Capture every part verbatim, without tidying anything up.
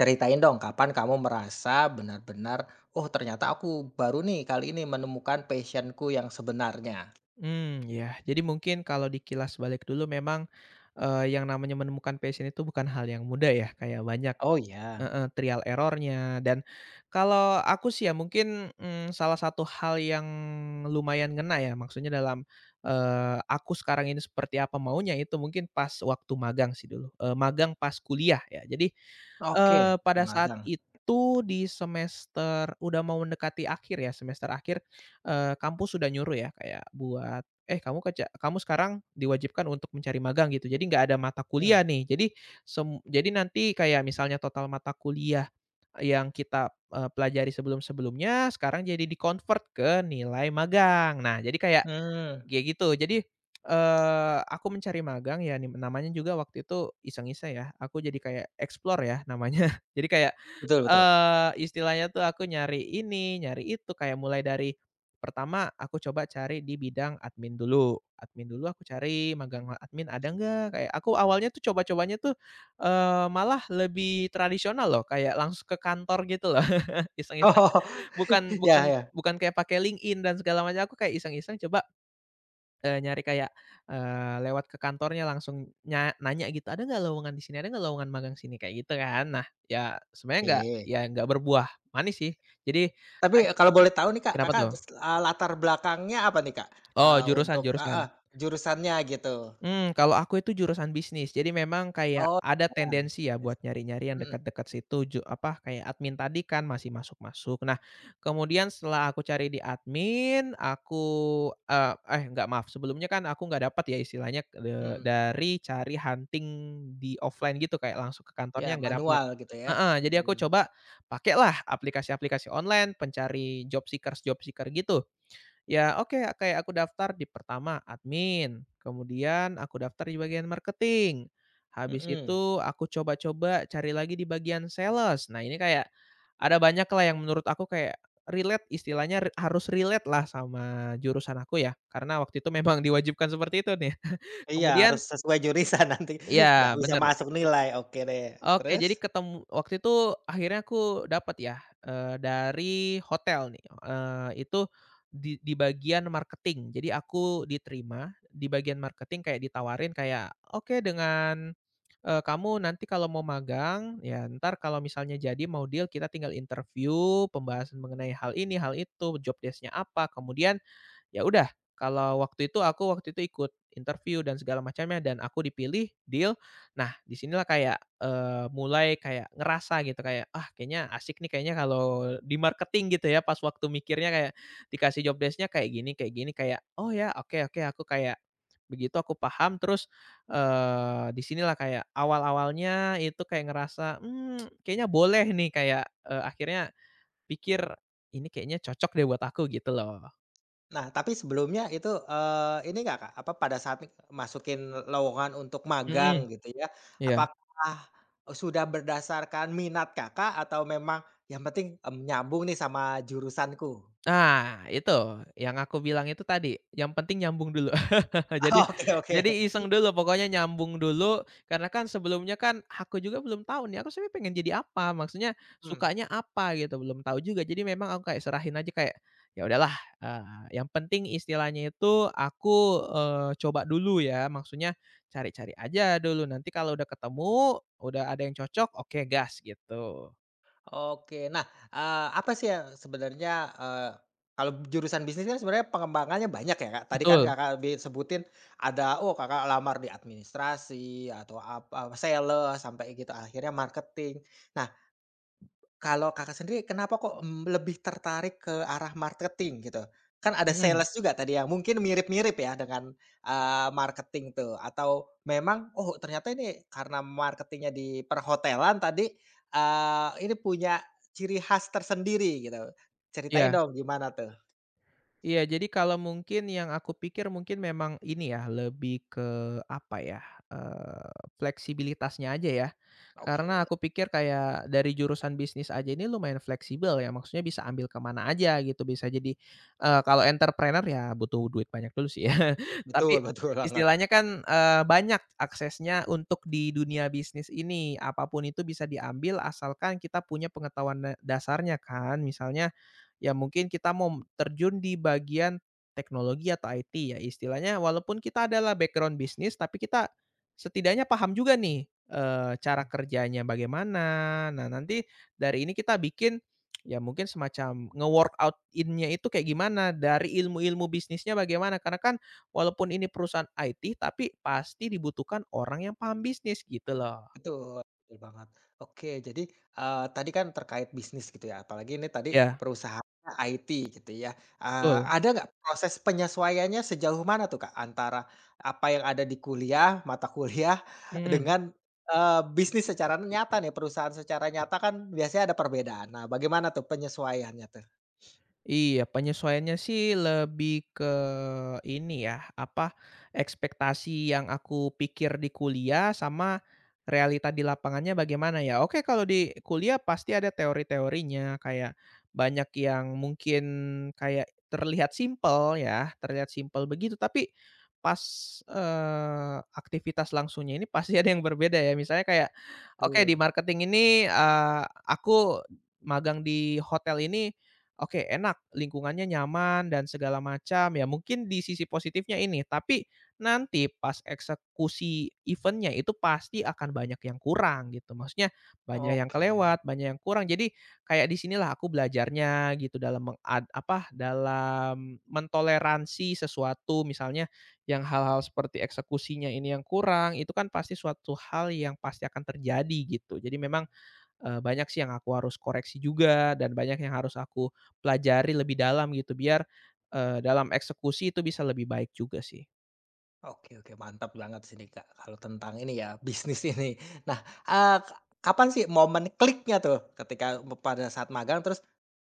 Ceritain dong kapan kamu merasa benar-benar, "Oh ternyata aku baru nih kali ini menemukan passion yang sebenarnya." Hmm, ya. Jadi mungkin kalau dikilas balik dulu memang, eee, yang namanya menemukan passion itu bukan hal yang mudah ya, kayak banyak. Oh ya. Heeh, trial error dan kalau aku sih ya mungkin, mmm, salah satu hal yang lumayan ngena ya maksudnya dalam, eee, aku sekarang ini seperti apa maunya itu mungkin pas waktu magang sih dulu, eee, magang pas kuliah ya jadi, Oke, eee, betul pada saat magang. itu di semester udah mau mendekati akhir ya semester akhir, eee, kampus sudah nyuruh ya kayak buat, "Eh kamu kerja kamu sekarang diwajibkan untuk mencari magang," gitu jadi nggak ada mata kuliah hmm nih jadi, Sem jadi nanti kayak misalnya total mata kuliah yang kita, eee, pelajari sebelum-sebelumnya sekarang jadi di-convert ke nilai magang. Nah, jadi kayak mmm, ya gitu. Jadi, eee, aku mencari magang ya nim namanya juga waktu itu iseng-iseng ya, aku jadi kayak explore ya namanya. Jadi kayak, betul betul. eee, istilahnya tuh aku nyari ini, nyari itu, kayak mulai dari pertama aku coba cari di bidang admin dulu. Admin dulu aku cari magang admin ada nggak, kayak aku awalnya tuh coba-cobanya tuh, eee, malah lebih tradisional loh, kayak langsung ke kantor gitu loh, iseng-iseng. Oh, Bukan bukan ya ya, bukan kayak pakai LinkedIn dan segala macam, aku kayak iseng-iseng coba. Eee, nyari kayak, eee, lewat ke kantornya langsung nya nanya gitu, "Ada nggak lowongan di sini? Ada nggak lowongan magang sini?" Kayak gitu kan. Nah, ya sebenarnya nggak, oke. ya nggak berbuah manis sih. Jadi Tapi ag kalau boleh tahu nih Kak, kenapa Kakak tuh? s eee, latar belakangnya apa nih Kak? Oh, Eee, jurusan Untuk heeh, jurusan. jurusannya gitu. Mmm, kalau aku itu jurusan bisnis, jadi memang kayak Oh, ada ya tendensi ya yes. buat nyari-nyari yang Mhm dekat-dekat situ ju apa, kayak admin tadi kan masih masuk-masuk. Nah, kemudian setelah aku cari di admin, aku, eee, eh enggak maaf, sebelumnya kan aku nggak dapat ya istilahnya, eee, mhm. dari cari hunting di offline gitu, kayak langsung ke Ya kantornya nggak dapat. manual gitu ya? Heeh, jadi aku Mhm, coba pakailah aplikasi-aplikasi online, pencari job seekers-job seeker gitu. Ya oke, kayak aku daftar di pertama admin, kemudian aku daftar di bagian marketing, habis mhm. itu aku coba-coba cari lagi di bagian sales. Nah ini kayak ada banyak lah yang menurut aku kayak relate istilahnya re harus relate lah sama jurusan aku ya, karena waktu itu memang diwajibkan seperti itu nih. Iya, harus Kemudian sesuai jurusan nanti, nggak ya bisa bener. masuk nilai, oke deh. Oke, Terus? jadi ketemu waktu itu akhirnya aku dapat ya, eee, dari hotel nih, eee, itu di di bagian marketing. Jadi aku diterima di bagian marketing kayak ditawarin kayak, "Oke dengan, eee, kamu nanti kalau mau magang, ya entar kalau misalnya jadi mau deal kita tinggal interview, pembahasan mengenai hal ini, hal itu, job desk-nya apa, kemudian ya udah," kalau waktu itu aku waktu itu ikut interview dan segala macamnya dan aku dipilih, deal. Nah, disinilah kayak, eee, mulai kayak ngerasa gitu kayak, "Ah, kayaknya asik nih kayaknya kalau di marketing," gitu ya, pas waktu mikirnya kayak dikasih job desk-nya kayak gini kayak gini, kayak, "Oh ya, oke oke." Aku kayak begitu aku paham terus, eee, di kayak awal-awalnya itu kayak ngerasa, "Mmm, kayaknya boleh nih." Kayak, eee, akhirnya pikir, "Ini kayaknya cocok deh buat aku," gitu loh. Nah, tapi sebelumnya itu, eee, ini nggak, Kak, apa pada saat masukin lowongan untuk Mhm, magang gitu ya, iya. apakah sudah berdasarkan minat Kakak atau memang yang penting, mmm, nyambung nih sama jurusanku? Nah, itu yang aku bilang itu tadi, yang penting nyambung dulu. Jadi Oke oke. jadi iseng dulu, pokoknya nyambung dulu, karena kan sebelumnya kan aku juga belum tahu nih, aku sebenarnya pengen jadi apa, maksudnya Mhm. sukanya apa gitu, belum tahu juga. Jadi memang aku kayak serahin aja kayak, ya udahlah, eee, yang penting istilahnya itu aku, eee, coba dulu ya, maksudnya cari-cari aja dulu, nanti kalau udah ketemu, udah ada yang cocok, oke gas gitu. Oke. Nah, eee, apa sih yang sebenarnya, eee, kalau jurusan bisnis kan sebenarnya pengembangannya banyak ya, Kak. Tadi kan Betul, Kakak bi sebutin ada, oh, Kakak lamar di administrasi atau apa, sales sampai gitu, akhirnya marketing. Nah, kalau Kakak sendiri kenapa kok, mmm, lebih tertarik ke arah marketing gitu? Kan ada mhm, sales juga tadi yang mungkin mirip-mirip ya dengan, eee, marketing tuh atau memang, oh ternyata ini karena marketingnya di perhotelan tadi, eee, ini punya ciri khas tersendiri gitu. Ceritain iya. dong gimana tuh? Iya, jadi kalau mungkin yang aku pikir mungkin memang ini ya, lebih ke apa ya, eee, fleksibilitasnya aja ya. Karena Oke, aku pikir kayak dari jurusan bisnis aja ini lumayan fleksibel ya, maksudnya bisa ambil kemana aja gitu, bisa jadi, eee, kalau entrepreneur ya butuh duit banyak dulu sih ya. Tapi betul betul banget. istilahnya kan, eee, banyak aksesnya untuk di dunia bisnis ini, apapun itu bisa diambil asalkan kita punya pengetahuan da dasarnya kan. Misalnya ya mungkin kita mau terjun di bagian teknologi atau I T ya istilahnya walaupun kita adalah background bisnis tapi kita setidaknya paham juga nih, eee, cara mhm kerjanya bagaimana. Nah nanti dari ini kita bikin ya mungkin semacam nge-workout in-nya itu kayak gimana, dari ilmu-ilmu bisnisnya bagaimana, karena kan walaupun ini perusahaan I T tapi pasti dibutuhkan orang yang paham bisnis gitu loh. Betul, betul banget. Oke, jadi, eee, tadi kan terkait bisnis gitu ya, apalagi ini tadi Ya perusahaannya I T gitu ya. Eee, betul, Ada nggak proses penyesuaiannya sejauh mana tuh, Kak, antara apa yang ada di kuliah, mata kuliah mhm. dengan, eee, bisnis secara nyata nih, perusahaan secara nyata kan biasanya ada perbedaan. Nah, bagaimana tuh penyesuaiannya tuh? Iya, penyesuaiannya sih lebih ke ini ya, apa, ekspektasi yang aku pikir di kuliah sama realita di lapangannya bagaimana ya. Oke, kalau di kuliah pasti ada teori-teorinya, kayak banyak yang mungkin kayak terlihat simpel ya, terlihat simpel begitu, tapi pas, eee, aktivitas langsungnya ini pasti ada yang berbeda ya. Misalnya kayak, oke di Dul. marketing ini, eee, aku magang di hotel ini. Oke, enak, lingkungannya nyaman dan segala macam, ya mungkin di sisi positifnya ini, tapi nanti pas eksekusi eventnya itu pasti akan banyak yang kurang gitu, maksudnya banyak yang Oke. kelewat, banyak yang kurang. Jadi kayak di sinilah aku belajarnya gitu dalam mengad apa, dalam mentoleransi sesuatu misalnya yang hal-hal seperti eksekusinya ini yang kurang, itu kan pasti suatu hal yang pasti akan terjadi gitu. Jadi memang Eee, banyak sih yang aku harus koreksi juga dan banyak yang harus aku pelajari lebih dalam gitu biar, eee, dalam eksekusi itu bisa lebih baik juga sih. Oke oke, mantap banget sih nih, Kak, kalau tentang ini ya, bisnis ini. Nah, eee, ka kapan sih momen kliknya tuh ketika me pada saat magang terus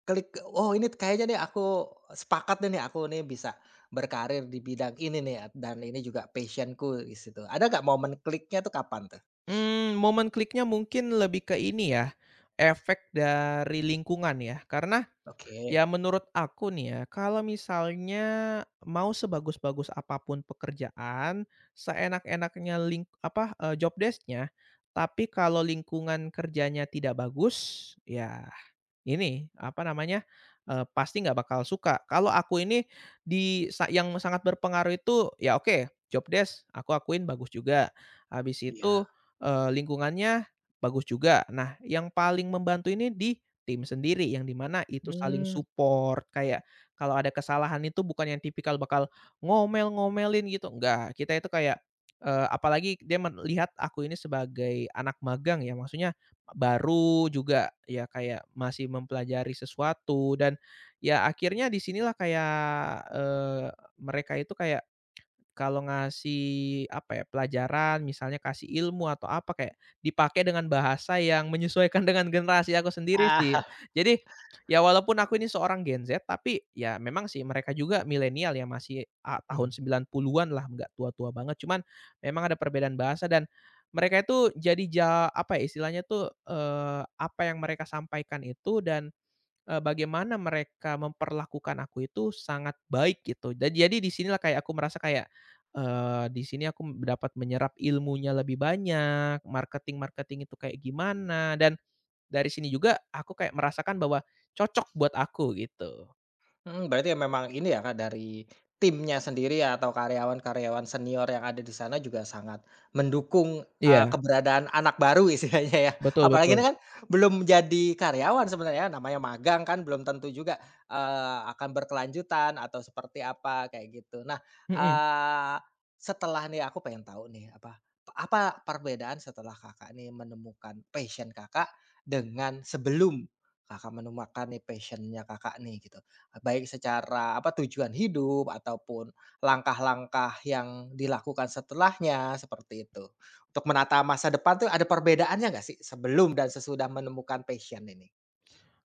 klik, "Oh, ini kayaknya nih aku sepakat deh nih, aku nih bisa berkarir di bidang ini nih dan ini juga passion di situ. Ada nggak momen kliknya tuh kapan tuh? Hmm, momen kliknya mungkin lebih ke ini ya, efek dari lingkungan ya. Karena Oke, ya menurut aku nih ya, kalau misalnya mau sebagus-bagus apapun pekerjaan, seenak-enaknya ling apa, eee, job desk-nya, tapi kalau lingkungan kerjanya tidak bagus, ya ini, apa namanya, eee, pasti nggak bakal suka. Kalau aku ini di sa yang sangat berpengaruh itu, ya oke, job desk aku akuin bagus juga, habis iya. itu, eee, lingkungannya bagus juga. Nah, yang paling membantu ini di tim sendiri, yang dimana itu saling Mmm. support, kayak kalau ada kesalahan itu bukan yang tipikal bakal ngomel-ngomelin gitu, enggak. Kita itu kayak, eee, apalagi dia melihat aku ini sebagai anak magang ya, maksudnya baru juga, ya kayak masih mempelajari sesuatu dan ya akhirnya disinilah kayak, eee, mereka itu kayak kalau ngasih, apa ya, pelajaran misalnya kasih ilmu atau apa kayak dipakai dengan bahasa yang menyesuaikan dengan generasi aku sendiri sih. Ah. Jadi, ya walaupun aku ini seorang Gen Z, tapi ya memang sih mereka juga milenial ya masih, a tahun sembilan puluh-an lah, nggak tua-tua banget. Cuman memang ada perbedaan bahasa dan mereka itu jadi ja apa ya, istilahnya tuh, eee, apa yang mereka sampaikan itu dan Eee, bagaimana mereka memperlakukan aku itu sangat baik gitu. Dan jadi di sinilah kayak aku merasa kayak, eee, di sini aku dapat menyerap ilmunya lebih banyak, marketing-marketing itu kayak gimana, dan dari sini juga aku kayak merasakan bahwa cocok buat aku gitu. Mhm, berarti ya memang ini ya Kak, dari timnya sendiri ya atau karyawan-karyawan senior yang ada di sana juga sangat mendukung, eee, Iya, keberadaan anak baru istilahnya ya. betul Apalagi betul. ini kan belum jadi karyawan sebenarnya, namanya magang kan belum tentu juga, eee, akan berkelanjutan atau seperti apa, kayak gitu. Nah, Mhm. eee, setelah nih aku pengen tahu nih apa, apa perbedaan setelah Kakak nih menemukan passion Kakak dengan sebelum Kakak menemukan nih passion-nya Kakak nih gitu? Baik secara apa, tujuan hidup ataupun langkah-langkah yang dilakukan setelahnya, seperti itu. Untuk menata masa depan tuh ada perbedaannya nggak sih sebelum dan sesudah menemukan passion ini?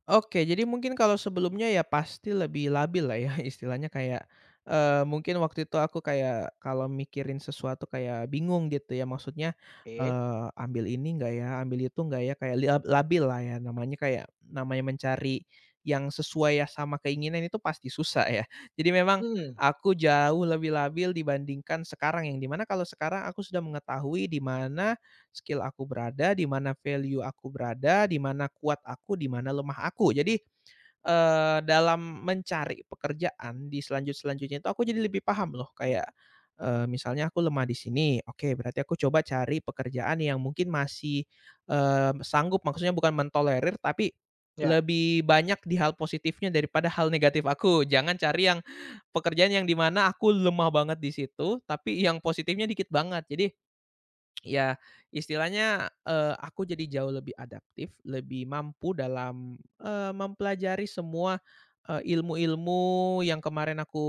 Oke, jadi mungkin kalau sebelumnya ya pasti lebih labil lah ya istilahnya kayak, eee, mungkin waktu itu aku kayak kalau mikirin sesuatu kayak bingung gitu ya maksudnya, Oke. eee, ambil ini enggak ya, ambil itu enggak ya, kayak lia labil lah ya namanya kayak namanya mencari yang sesuai ya sama keinginan itu pasti susah ya. Jadi memang Hmm aku jauh lebih labil dibandingkan sekarang yang dimana kalau sekarang aku sudah mengetahui di mana skill aku berada, di mana value aku berada, di mana kuat aku, di mana lemah aku. Jadi, eee, dalam mencari pekerjaan di selanjut-selanjutnya itu aku jadi lebih paham loh kayak, eee, misalnya aku lemah di sini, oke berarti aku coba cari pekerjaan yang mungkin masih, eee, sanggup maksudnya bukan mentolerir tapi ya. lebih banyak di hal positifnya daripada hal negatif aku. Jangan cari yang pekerjaan yang di mana aku lemah banget di situ, tapi yang positifnya dikit banget. Jadi, ya, istilahnya, eee, aku jadi jauh lebih adaptif, lebih mampu dalam, eee, mempelajari semua, eee, ilmu-ilmu yang kemarin aku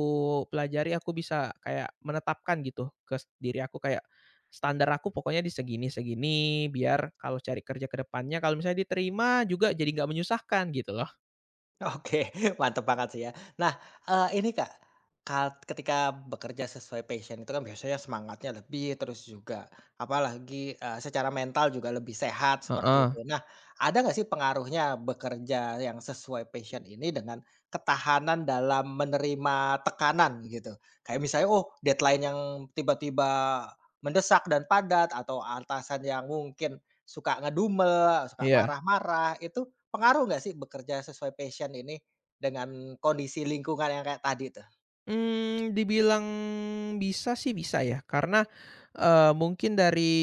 pelajari, aku bisa kayak menetapkan gitu ke s diri aku kayak, standar aku pokoknya di segini-segini, biar kalau cari kerja ke depannya kalau misalnya diterima juga jadi nggak menyusahkan gitu loh. Oke, mantep banget sih ya. Nah, eee, ini Kak, kal ketika bekerja sesuai passion itu kan biasanya semangatnya lebih, terus juga apalagi, eee, secara mental juga lebih sehat seperti itu. Heeh, Nah, ada nggak sih pengaruhnya bekerja yang sesuai passion ini dengan ketahanan dalam menerima tekanan gitu? Kayak misalnya, oh deadline yang tiba-tiba mendesak dan padat atau atasan yang mungkin suka ngedumel, suka iya. marah-marah, itu pengaruh nggak sih bekerja sesuai passion ini dengan kondisi lingkungan yang kayak tadi tuh? Mmm, dibilang bisa sih bisa ya, karena, eee, mungkin dari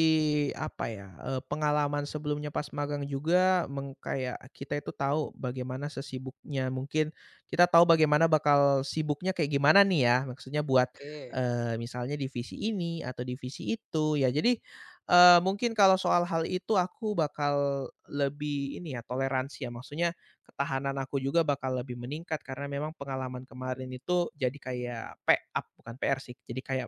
apa ya, eee, pengalaman sebelumnya pas magang juga meng kayak kita itu tahu bagaimana sesibuknya mungkin kita tahu bagaimana bakal sibuknya kayak gimana nih ya, maksudnya buat, Oke. eee, misalnya divisi ini atau divisi itu ya. Jadi, eee, mungkin kalau soal hal itu aku bakal lebih ini ya, toleransi ya, maksudnya ketahanan aku juga bakal lebih meningkat karena memang pengalaman kemarin itu jadi kayak pe up bukan P R sih, jadi kayak,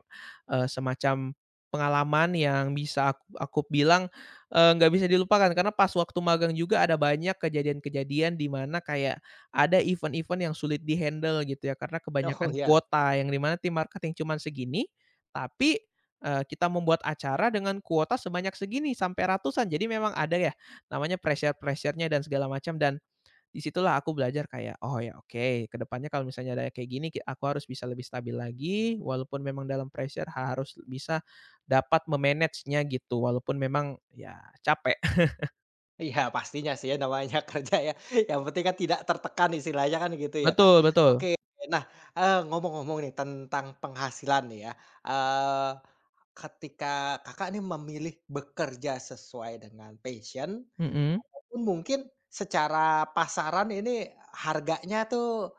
eee, semacam pengalaman yang bisa aku aku bilang, eee, nggak bisa dilupakan karena pas waktu magang juga ada banyak kejadian-kejadian di mana kayak ada event-event yang sulit dihandle gitu ya, karena Oh kebanyakan ya, kuota yang dimana mana tim marketing cuman segini, tapi, eee, kita membuat acara dengan kuota sebanyak segini sampai ratusan. Jadi memang ada ya namanya pressure pressurenya dan segala macam dan disitulah aku belajar kayak, "Oh ya oke, kedepannya kalau misalnya ada kayak gini, ki aku harus bisa lebih stabil lagi, walaupun memang dalam pressure harus bisa dapat memanage nya gitu, walaupun memang ya capek." iya pastinya sih ya namanya kerja ya, yang penting kan tidak tertekan istilahnya kan gitu ya, Kak. Betul betul. Oke, nah, eee, ngomong-ngomong nih tentang penghasilan nih ya, eee, ketika Kakak nih memilih bekerja sesuai dengan passion, Mhm, pun mungkin secara pasaran ini harganya tuh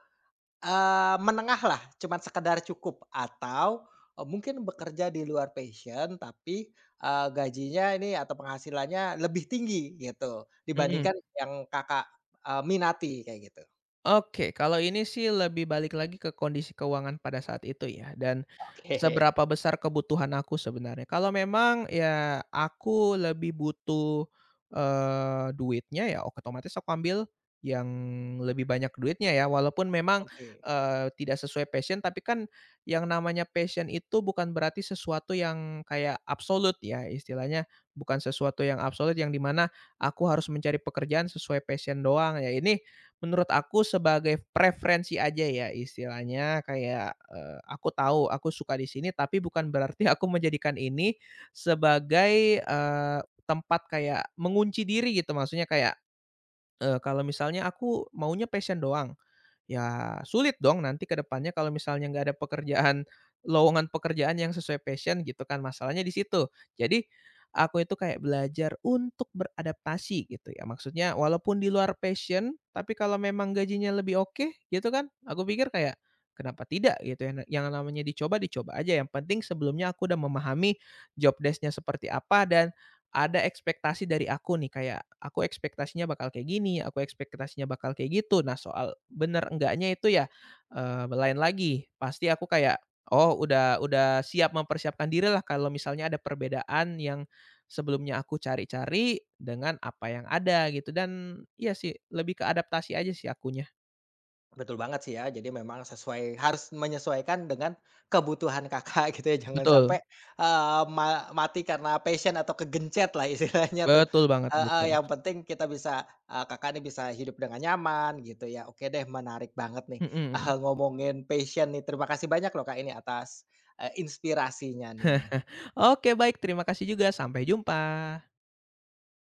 eh, menengah lah, cuman sekedar cukup atau, eee, mungkin bekerja di luar passion tapi, eee, gajinya ini atau penghasilannya lebih tinggi gitu mhm. dibandingkan yang Kakak, eee, minati kayak gitu. Oke, kalau ini sih lebih balik lagi ke kondisi keuangan pada saat itu ya, dan Oke. seberapa besar kebutuhan aku sebenarnya. Kalau memang ya aku lebih butuh, eee, duitnya ya otomatis aku ambil yang lebih banyak duitnya ya, walaupun memang, Oke. eee, tidak sesuai passion, tapi kan yang namanya passion itu bukan berarti sesuatu yang kayak absolut ya, istilahnya bukan sesuatu yang absolut yang dimana aku harus mencari pekerjaan sesuai passion doang ya. Ini menurut aku sebagai preferensi aja ya istilahnya kayak, eee, aku tahu aku suka di sini tapi bukan berarti aku menjadikan ini sebagai, eee, tempat kayak mengunci diri gitu maksudnya kayak, eee, kalau misalnya aku maunya passion doang ya sulit dong nanti ke depannya kalau misalnya nggak ada pekerjaan lowongan pekerjaan yang sesuai passion gitu kan, masalahnya di situ. Jadi, aku itu kayak belajar untuk beradaptasi gitu ya, maksudnya walaupun di luar passion, tapi kalau memang gajinya lebih oke gitu kan, aku pikir kayak, kenapa tidak gitu ya, yang namanya dicoba, dicoba aja yang penting sebelumnya aku udah memahami job desk-nya seperti apa dan ada ekspektasi dari aku nih, kayak aku ekspektasinya bakal kayak gini, aku ekspektasinya bakal kayak gitu. Nah, soal bener enggaknya itu ya, eee, lain lagi. Pasti aku kayak, oh udah udah siap mempersiapkan diri lah kalau misalnya ada perbedaan yang sebelumnya aku cari-cari dengan apa yang ada gitu dan iya sih, lebih ke adaptasi aja sih akunya. Betul banget sih ya, jadi memang sesuai harus menyesuaikan dengan kebutuhan Kakak gitu ya, jangan Betul, sampai, eee, ma mati karena passion atau kegencet lah istilahnya tuh. betul banget gitu, Heeh, Mak yang penting kita bisa, eee, Kakak ini bisa hidup dengan nyaman gitu ya. Oke deh, menarik banget nih, mhm mhm. eee, ngomongin passion nih. Terima kasih banyak loh Kak ini atas, eee, inspirasinya nih. Oke baik, terima kasih juga, sampai jumpa.